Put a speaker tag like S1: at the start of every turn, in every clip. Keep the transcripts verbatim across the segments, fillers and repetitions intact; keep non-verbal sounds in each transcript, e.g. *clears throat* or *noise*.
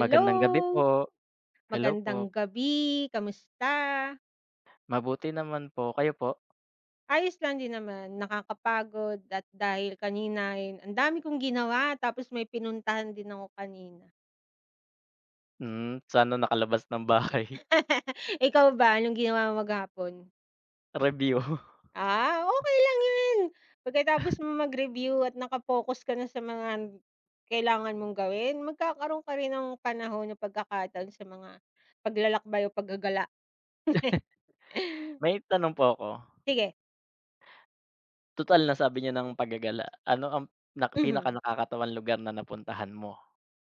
S1: Magandang gabi po. Hello
S2: magandang
S1: po.
S2: gabi, kamusta?
S1: Mabuti naman po. Kayo po?
S2: Ayos lang din naman, nakakapagod at dahil kanina ay ang dami kong ginawa tapos may pinuntahan din ako kanina.
S1: Hmm, sana nakalabas ng bahay.
S2: *laughs* Ikaw ba, anong ginawa mo maghapon?
S1: *laughs* Review.
S2: Ah, okay lang yun. Pagkatapos mo mag-review at nakapokus ka na sa mga kailangan mong gawin, magkakaroon ka rin ng panahon o pagkakataon sa mga paglalakbay o paggagala. *laughs*
S1: *laughs* May tanong po ako.
S2: Sige,
S1: Total na sabi niyo ng paggagala. Ano ang nak pinaka
S2: mhm.
S1: nakakatawan lugar na napuntahan mo?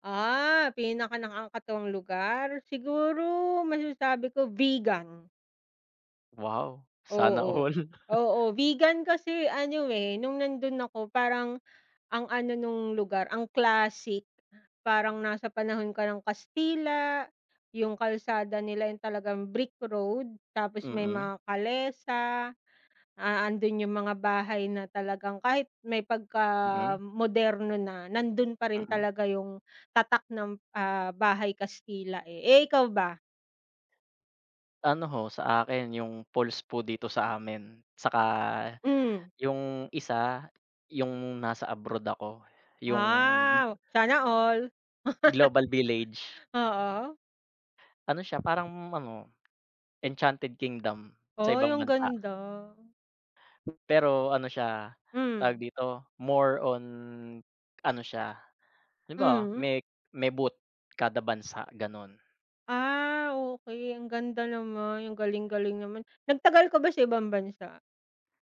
S2: Ah, pinaka nakakatuwang lugar? Siguro masasabi ko vegan,
S1: Wow, sana all.
S2: oo.
S1: *laughs*
S2: Oo, vegan kasi ano, eh, nung nandun ako parang ang ano nung lugar, ang classic. Parang nasa panahon ka ng Kastila, yung kalsada nila yung talagang brick road, tapos may
S1: Mm,
S2: mga kalesa. Ah, andun yung mga bahay na talagang kahit may
S1: mm,
S2: pag-moderno na, nandun pa rin
S1: mm.
S2: talaga yung tatak ng, ah, bahay Kastila, eh. Eh, ikaw ba?
S1: Ano ho, sa akin yung pulse po dito sa amin. Saka
S2: Hmm.
S1: yung isa, yung nasa abroad ako, yung
S2: Ah, sana all. *laughs*
S1: Global Village.
S2: Oo.
S1: Ano siya, parang ano Enchanted Kingdom sa
S2: Oy,
S1: ibang
S2: ang
S1: bansa.
S2: ganda.
S1: Pero ano siya, tawag
S2: Hmm,
S1: dito, more on ano siya, halimbawa
S2: hmm.
S1: may may booth kada bansa gano'n.
S2: Ah, okey. Ang ganda naman, ang galing-galing naman. Nagtagal ka ba sa ibang bansa?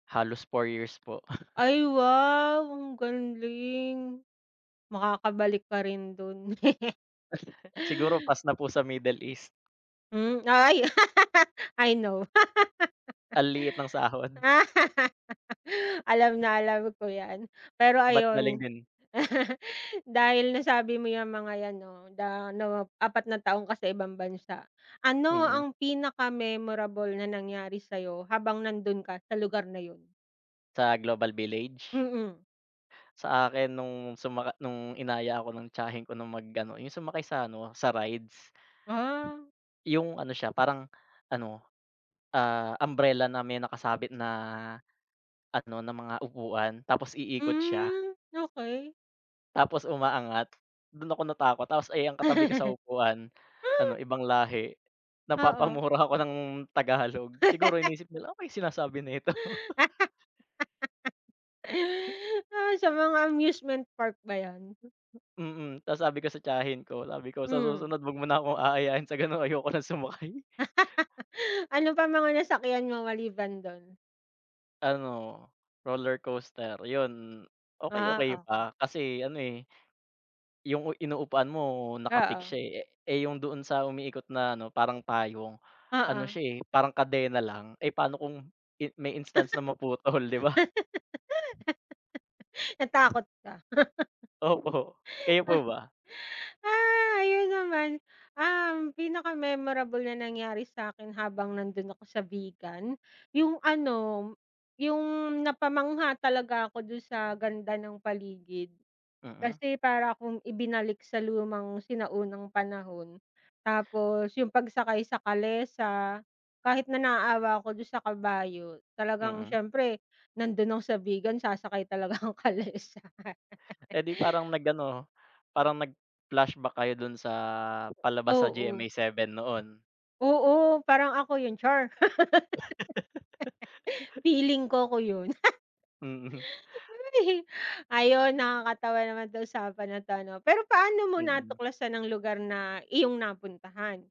S1: Halos four years po. *laughs*
S2: Ay, wow! Ang galing. Makakabalik ka rin dun. *laughs*
S1: Siguro pass na po sa Middle East.
S2: Hmm, ay. *laughs* I know.
S1: Ang liit ng sahod,
S2: *laughs* Alam na alam ko 'yan. Pero
S1: ba't galing
S2: ayun,
S1: din
S2: *laughs* dahil nasabi mo yung mga 'yan 'no, da no apat na taong ka sa ibang bansa. Ano
S1: mm,
S2: ang pinaka-memorable na nangyari sa'yo habang nandun ka sa lugar na yun?
S1: sa Global Village.
S2: Mm.
S1: Sa akin nung sumaka nung inaya ako ng tiyahin ko na mag-ano, yung sumakay sa ano, sa rides,
S2: Ah,
S1: yung ano siya parang ano, ah, umbrella na may nakasabit na Ano, ng mga upuan tapos iikot siya, *laughs*
S2: hmm, okay.
S1: tapos umaangat. Dun ako natakot tapos ay ang katabi ko sa
S2: *laughs*
S1: upuan, ano ibang lahi.
S2: Oo.
S1: Napapamura ako ng Tagalog. Siguro inisip nila, "Ano ba yung sinasabi nito?"
S2: *laughs* Ah, sa mga amusement park ba 'yan?
S1: Mm, *laughs* tapos sabi ko sa tiyahin ko, sabi ko, "Sa
S2: Hmm.
S1: susunod wag mo na akong aayain sa ganon ayoko ng sumakay." *laughs*
S2: Ano pa mga nasakyan mo maliban dun?
S1: Ano, roller coaster yun, okey, okey
S2: Ah, oh,
S1: pa kasi ano, eh, yung inuupuan mo naka-fix
S2: oo,
S1: siya, eh. Eh, yung doon sa umiikot na ano, parang payong, ano
S2: oo.
S1: siya, eh, parang kadena lang. Eh, paano kung i may instance na maputol, *laughs* 'di ba?
S2: *laughs* Natakot ka?
S1: Opo. Kayo po
S2: *laughs*
S1: ba?
S2: Ah, ayun naman, um, pinaka-memorable na nangyari sa akin habang nandun ako sa Bigan, yung ano, yung napamangha talaga ako dun sa ganda ng paligid.
S1: Mm,
S2: Kasi para akong ibinalik sa lumang sinaunang panahon. Tapos yung pagsakay sa kalesa, kahit na naaawa ako dun sa kabayo, talagang
S1: mm.
S2: siyempre nandun ako sa Bigan sasakay talaga *laughs* ang kalesa.
S1: Eh, 'di parang nag-ano, parang nag-flashback kayo do'n sa palabas sa
S2: Oo,
S1: G M A seven noon.
S2: oo parang ako yun, char! *laughs* Feeling ko ako yun.
S1: Mm,
S2: *laughs* Ayun, nakakatawa naman 'tong usapan na 'to 'no. Pero paano mo
S1: mm.
S2: natuklasan ang lugar na iyong napuntahan?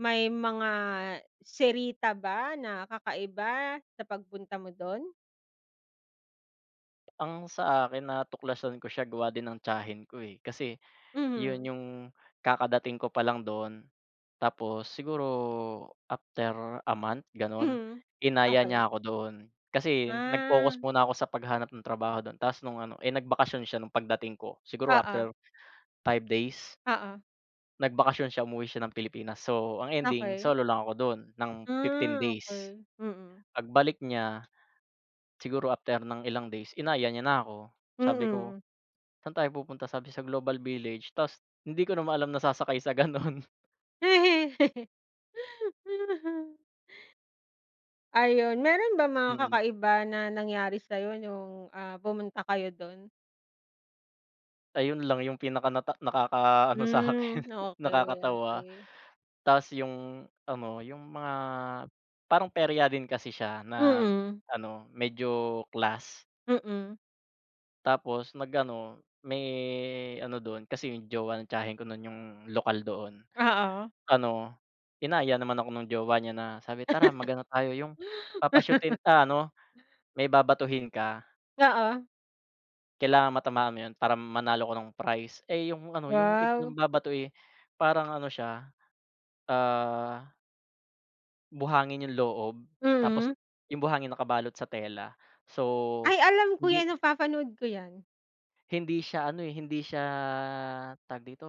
S2: May mga serita ba na kakaiba sa pagpunta mo do'n?
S1: Ang sa akin natuklasan ko siya gawa din ng tiyahin ko, eh. Kasi yun
S2: Mhm,
S1: yung kakadating ko pa lang dun, tapos siguro after a month gano'n,
S2: mhm.
S1: inaya
S2: Okey.
S1: niya ako doon. Kasi
S2: Ah,
S1: nag-focus muna ako sa paghahanap ng trabaho dun ta's nung ano, eh, nagbakasyon siya nung pagdating ko. Siguro
S2: oo,
S1: after five days,
S2: oo.
S1: nagbakasyon siya, umuwi siya ng Pilipinas. So, ang ending
S2: Okey.
S1: solo lang ako dun ng fifteen
S2: Ah,
S1: days.
S2: okay. Mm,
S1: Pagbalik niya, siguro after ng ilang days, inaya niya na ako. Sabi ko,
S2: mm.
S1: "Saan tayo pupunta?" Sabi, "Sa Global Village." Ta's hindi ko naman alam na sasakay sa gano'n.
S2: *laughs* Mhm. Ayun, meron ba mga
S1: *laughs*
S2: kakaiba na nangyari sa'yo nung, ah, pumunta kayo do'n?
S1: Ayun lang yung pinaka nata nakakaano sa'kin,
S2: Hmm,
S1: *laughs*
S2: okey,
S1: nakakatawa.
S2: okey.
S1: Ta's yung ano, yung mga parang perya din kasi siya na
S2: Mm,
S1: ano, medyo class.
S2: mm,
S1: Tapos nag-ano, may ano dun kasi yung jowa ng tiyahin ko nun yung lokal doon.
S2: oo.
S1: Ano, inaya naman ako nung jowa niya na sabi, "Tara mag-ano tayo, yung papasyutin
S2: *laughs*
S1: ah, ano, may babatuhin ka,
S2: Oo,
S1: kailangan matamaan mo yun para manalo ka ng prize." Eh, yung ano, yung
S2: wow,
S1: ipinagbabatuhe parang ano siya Ah, buhangin yung loob tapos
S2: mm.
S1: yung buhangin nakabalot sa tela. So,
S2: Ay, alam ko
S1: hindi
S2: 'yan, napapanood ko 'yan.
S1: hindi siya ano, eh, hindi siya tawag dito,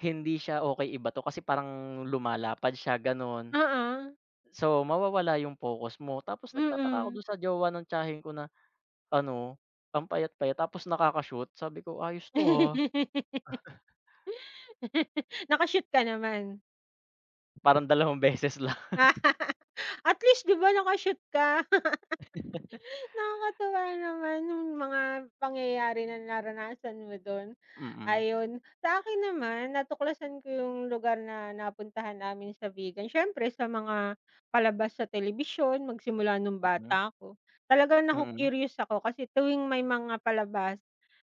S1: hindi siya okey ibato kasi parang lumalapad siya gano'n.
S2: Oo,
S1: So, mawawala yung focus mo tapos nagtataka ako
S2: mm.
S1: do'n sa jowa ng tiyahin ko na ano, ang payat-payat tapos nakaka-shoot sabi ko, "Ayos 'to, ah."
S2: *laughs* Naka-shoot ka naman?
S1: Parang dalawang *laughs* beses lang.
S2: *laughs* At least 'di ba naka-shoot ka? Nakakatuwa naman yung mga pangyayari na naranasan mo don.
S1: Mm,
S2: Ayun, sa akin naman natuklasan ko yung lugar na napuntahan namin sa vegan siyempre sa mga palabas sa telebisyon magsimula nung
S1: mm,
S2: bata ako. Talagang
S1: mm,
S2: naku-curious ako kasi tuwing may mga palabas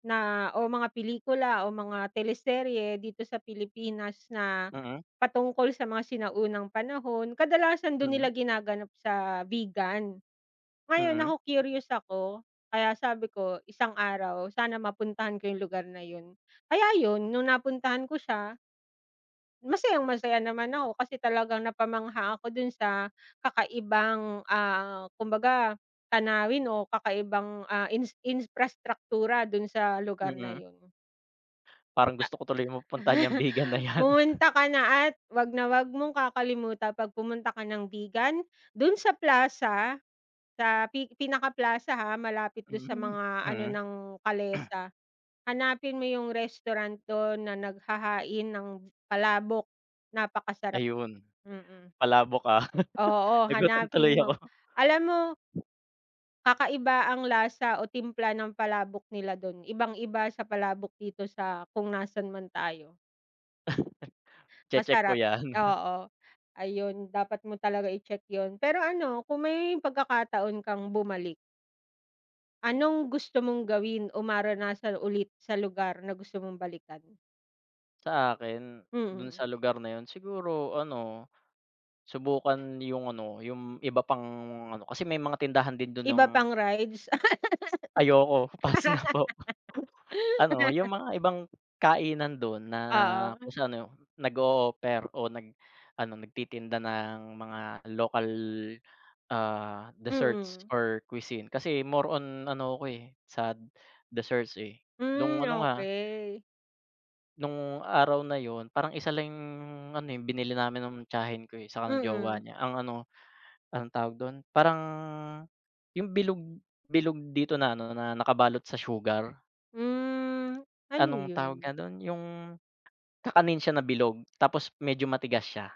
S2: na o mga pelikula o mga teleserye dito sa Pilipinas na
S1: mm,
S2: patungkol sa mga sinaunang panahon, kadalasan dun nila
S1: mm,
S2: ginaganap sa vegan. Ngayon
S1: mm,
S2: naku-curious ako, kaya sabi ko isang araw sana mapuntahan ko yung lugar na yun. Kaya yun, nung napuntahan ko siya, masayang-masaya naman ako kasi talagang napamangha ako dun sa kakaibang, ah, kumbaga tanawin o kakaibang, ah, ins imprastraktura dun sa lugar na
S1: mm.
S2: yun.
S1: Parang gusto ko tuloy mapuntahan yang
S2: *laughs*
S1: bigan na 'yan.
S2: Pumunta ka na at 'wag na 'wag mong kakalimutan 'pag pumunta ka ng Bigan, dun sa plaza. Sa pi Pinaka-Plaza, ha, malapit dun sa
S1: Mm,
S2: mga ano
S1: hmm.
S2: ng
S1: *clears throat*
S2: Calesa. Hanapin mo yung restaurant dun na naghahain ng palabok, napakasarap.
S1: Ayun,
S2: Mm,
S1: palabok, ah. *laughs*
S2: oo,
S1: Nagutom
S2: hanapin
S1: tuloy
S2: mo.
S1: ako,
S2: Alam mo kakaiba ang lasa o timpla ng palabok nila dun, ibang-iba sa palabok dito sa kung nasaan man tayo,
S1: che-check ko
S2: masarap,
S1: 'yan. *laughs*
S2: oo. Ayun, dapat mo talaga i-check yun. Pero ano, kung may pagkakataon kang bumalik. Anong gusto mong gawin o maranasan ulit sa lugar na gusto mong balikan?
S1: Sa akin, dun
S2: Mm.
S1: sa lugar na 'yun siguro ano, subukan yung ano, yung iba pang ano, kasi may mga tindahan din dun ng
S2: Iba pang rides?
S1: ayoko, *laughs* pass na
S2: *laughs*
S1: po. *laughs* Ano, yung mga ibang kainan do'n na
S2: Oo,
S1: kung saan ano, nag-o-offer o nag ano, nagtitinda ng mga lokal Ah, desserts
S2: mm.
S1: or cuisine kasi more on ano ako, eh, sa desserts, eh.
S2: Hmm,
S1: Nung ano nga,
S2: okey.
S1: nung araw na yun parang isa lang yung ano, eh, binili namin nung tiyahin ko, eh, saka ng jowa
S2: Mm.
S1: niya ang ano, anong tawag dun, parang yung bilog bilog dito na ano, na nakabalot sa sugar,
S2: Hmm, ano
S1: anong tawag nga
S2: yun?
S1: dun, yung kakanin siya na bilog tapos medyo matigas siya.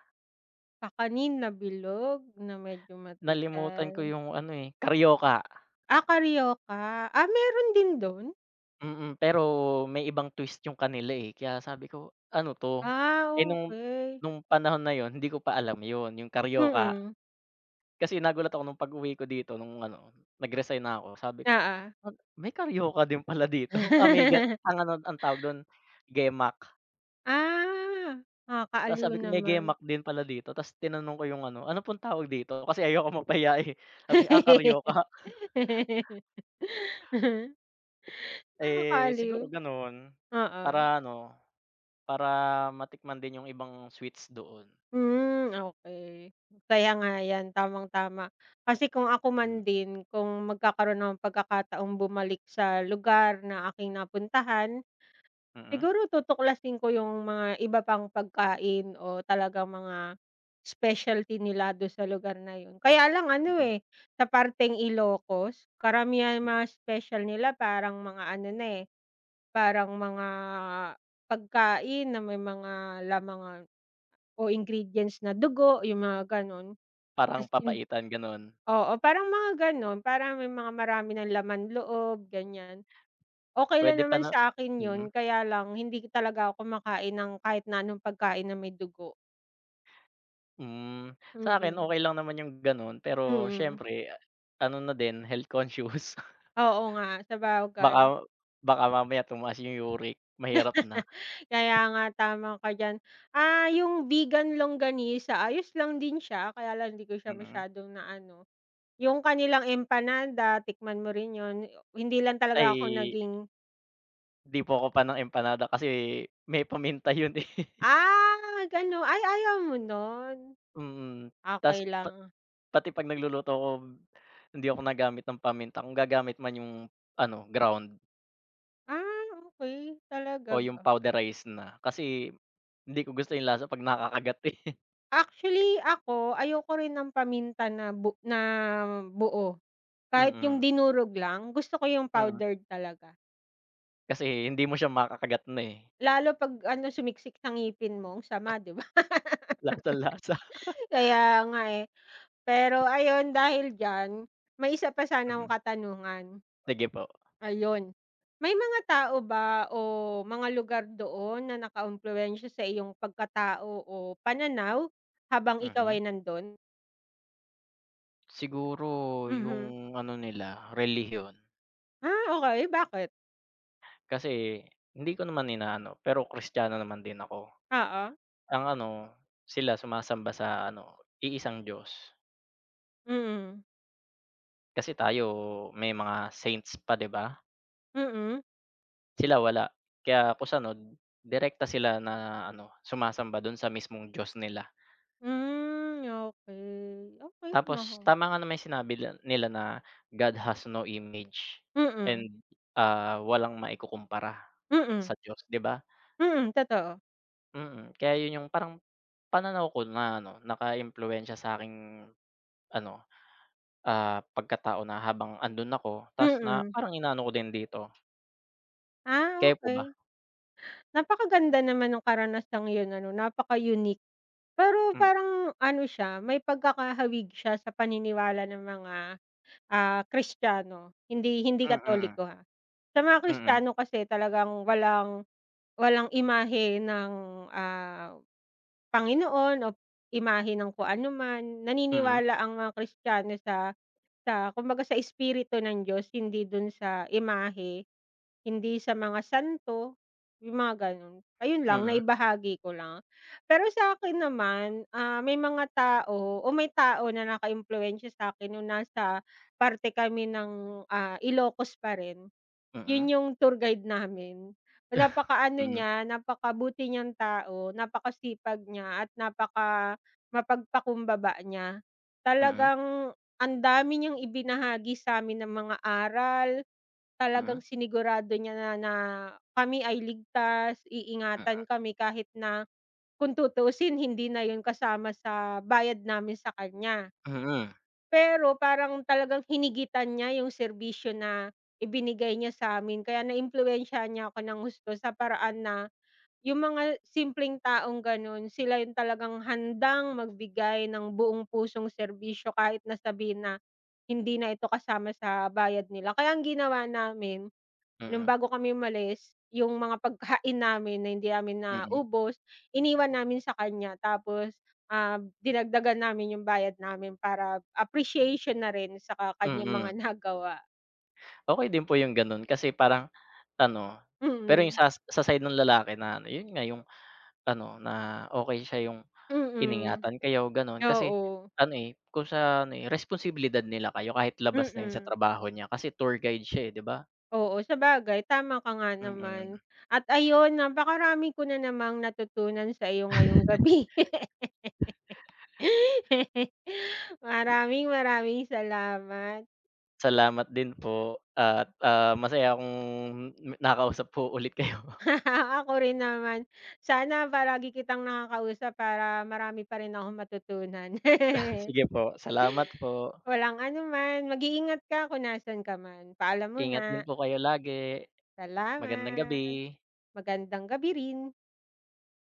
S2: Kakanin na bilog na medyo
S1: Nalimutan
S2: matigas.
S1: ko yung ano, eh, carioca.
S2: Ah, carioca. Ah, meron din dun?
S1: Mm, pero may ibang twist yung kanila, eh, kaya sabi ko, "Ano 'to?"
S2: Ah,
S1: Eh, nung
S2: okey.
S1: nung panahon na yun hindi ko pa alam yun, yung Carioca.
S2: Mm,
S1: Kasi nagulat ako nung pag-uwi ko dito nung ano, nag-resign na ako sabi ko,
S2: oo.
S1: "Ag may Carioca din pala dito, *laughs* ah, may ga"
S2: *laughs*
S1: ang ano ang tawag dun, Gemak.
S2: Ah,
S1: Tapos
S2: nakakaaliw
S1: sabi ko, "May
S2: naman.
S1: Gemak din pala dito." Tapos tinanong ko yung ano, "Ano pong tawag dito?" Kasi ayoko *laughs* mapahiya, eh. Sabi, "Ah, Carioca."
S2: *laughs*
S1: Eh,
S2: Nakakaaliw.
S1: siguro ganun,
S2: Oo.
S1: para ano, para matikman din yung ibang sweets doon.
S2: Hmm, okay. Kaya nga 'yan, tamang-tama. Kasi kung ako
S1: Hmm,
S2: man din, kung magkakaroon ng pagkakataong bumalik sa lugar na aking napuntahan,
S1: mm,
S2: siguro tutuklasin ko yung mga iba pang pagkain o talagang mga specialty nila do sa lugar na yun. Kaya lang ano,
S1: mm,
S2: eh, sa parteng Ilocos, karamihan
S1: hmm.
S2: mga special nila parang mga ano na, eh. Parang mga pagkain na may mga lamangan o ingredients na dugo, yung mga gano'n.
S1: Parang
S2: As in
S1: papaitan gano'n?
S2: oo, parang mga gano'n, parang may mga marami ng laman loob, ganyan. Okey lang
S1: Puwede pa
S2: naman
S1: na
S2: sa akin yun,
S1: mm,
S2: kaya lang hindi talaga ako kumakain ng kahit na anong pagkain na may dugo.
S1: hmm. Sa'kin
S2: Mm,
S1: okey lang naman yung gano'n, pero
S2: mm.
S1: siyempre ano na din health conscious. *laughs*
S2: Oo nga, sabagay.
S1: Baka baka mamaya tumaas yung uric, mahirap na.
S2: *laughs* Kaya nga, tama ka diyan. Ah, yung vegan longganisa, ayos lang din siya, kaya lang hindi ko siya
S1: Mm.
S2: masyadong naano. Yung kanilang empanada, tikman mo rin yun. Hindi lang talaga ako
S1: Ay,
S2: naging
S1: 'di po ko pa ng empanada kasi may paminta yun, eh. *laughs*
S2: ah, gano'n. Ay, ayaw mo nun?
S1: Mm, ta's
S2: Okey
S1: pa
S2: lang.
S1: pati 'pag nagluluto ako hindi ako nagamit ng paminta, kung gagamit man yung ano, ground
S2: Ah, okey. Talaga
S1: o yung
S2: ba?
S1: powderized na kasi hindi ko gusto yung lasa 'pag nakakagat, eh. *laughs*
S2: Actually, ako ayoko rin ng paminta na bu na buo. Kahit yung
S1: Mm,
S2: dinurog lang, gusto ko yung
S1: mm.
S2: powdered talaga.
S1: Kasi hindi mo siya makakagat na, eh,
S2: Lalo 'pag ano, sumiksik sa ngipin mo, ang sama, 'di ba?
S1: lasang-lasa.
S2: *laughs* Kaya nga, eh. Pero ayun, dahil diyan, may isa pa sana akong
S1: Mm,
S2: katanungan.
S1: sige po,
S2: Ayun. May mga tao ba o mga lugar doon na nakaumpluwensiya sa iyong pagkatao o pananaw habang ikaw
S1: mhm.
S2: ay nandun?
S1: Siguro yung
S2: Mhm.
S1: ano nila, relihiyon.
S2: Ah, okey. Bakit?
S1: Kasi hindi ko naman inaano, pero Kristiyano naman din ako.
S2: Oo.
S1: Ang ano, sila sumasamba sa ano, iisang Diyos.
S2: Mm.
S1: Kasi tayo may mga saints pa, 'di ba?
S2: Mm.
S1: Sila wala. Kaya ako sanod direkta sila na ano, sumasamba dun sa mismong Diyos nila.
S2: Hmm, okey. Okey
S1: Tapos
S2: naman.
S1: tama nga naman yung sinabi nila nila na God has no image
S2: Mm.
S1: and, ah, walang maikukumpara sa
S2: Mm.
S1: Diyos, 'di ba?
S2: Mm, totoo.
S1: Mm, kaya yun yung parang pananaw ko na ano, naka-impluwensya sa sa'king ano, ah, pagkatao na habang andun ako ta's na
S2: Mm.
S1: parang inaano ko din dito.
S2: Ah,
S1: Kayo po ba?
S2: okey. Napakaganda naman nung karanasang yun ano, napaka-unique. Pero
S1: Hmm,
S2: parang ano siya, may pagkakahawig siya sa paniniwala ng mga Ah, Kristiyano, hindi hindi
S1: mm,
S2: Katoliko, ha. Sa mga
S1: mm,
S2: Kristiyano kasi talagang walang walang imahe ng, ah, Panginoon o imahe ng kung anuman.
S1: mm,
S2: Naniniwala ang mga Kristiyano sa sa kumbaga sa espiritu ng Diyos, hindi dun sa imahe. Hindi sa mga santo, yung mga gano'n. Ayun lang,
S1: mm,
S2: naibahagi ko lang. Pero sa akin naman, ah, may mga tao o may tao na nakaimpluwensya sa akin nung nasa parte kami ng, ah, Ilocos pa rin. Yun
S1: mm.
S2: yung tour guide namin.
S1: *laughs*
S2: Napakaano
S1: Mm,
S2: niya, napakabuti niyang tao, napakasipag niya at napaka mapagpakumbaba niya.
S1: mm,
S2: Talagang ang dami niyang ibinahagi sa'min ng mga aral. Talagang
S1: mm,
S2: sinigurado niya na na kami ay ligtas,
S1: mm,
S2: iingatan kami kahit na kung tutuusin hindi na yun kasama sa bayad namin sa kanya.
S1: mm,
S2: Pero parang talagang hinigitan niya yung serbisyo na ibinigay niya sa sa'min kaya naimpluwensyahan niya ako ng gusto sa paraan na yung mga simpleng taong gano'n, sila yung talagang handang magbigay ng buong pusong serbisyo kahit na sabihin na hindi na ito kasama sa bayad nila. Kaya ang ginawa namin. Nung
S1: mm,
S2: bago kami umalis, yung mga pagkain namin na hindi namin
S1: mm,
S2: naubos, iniwan namin sa kanya tapos, ah, dinagdagan namin yung bayad namin para appreciation na rin sa ka
S1: mm,
S2: kaniyang mga
S1: mm.
S2: *laughs* nagawa.
S1: Okey din po yung gano'n kasi parang ano, pero yung
S2: Mm,
S1: sa sa side ng lalaki na ano, yun nga yung ano, na okey siya yung
S2: mm.
S1: iningatan kayo gano'n. Kasi
S2: Oo,
S1: ano, eh, kung sa ano, eh, responsibilidad nila kayo kahit labas na yun sa
S2: mm.
S1: trabaho niya kasi tour guide siya, eh, 'di ba?
S2: Oo, sabagay tama ka nga
S1: Mm.
S2: naman. At ayun, napakarami ko na namang natutunan sa iyo ngayong gabi. *laughs* Maraming maraming salamat.
S1: Salamat din po at, ah, masaya akong nakausap po ulit kayo.
S2: *laughs* Ah, ako rin naman. Sana palagi kitang nakakausap para marami pa rin akong matutunan.
S1: *laughs* Sige
S2: *laughs*
S1: po, salamat po.
S2: Walang anuman. Mag-iingat ka kung nasaan ka man. Paalam
S1: Ingat
S2: muna.
S1: din po kayo lagi. Magandang gabi.
S2: Salamat. Magandang gabi rin.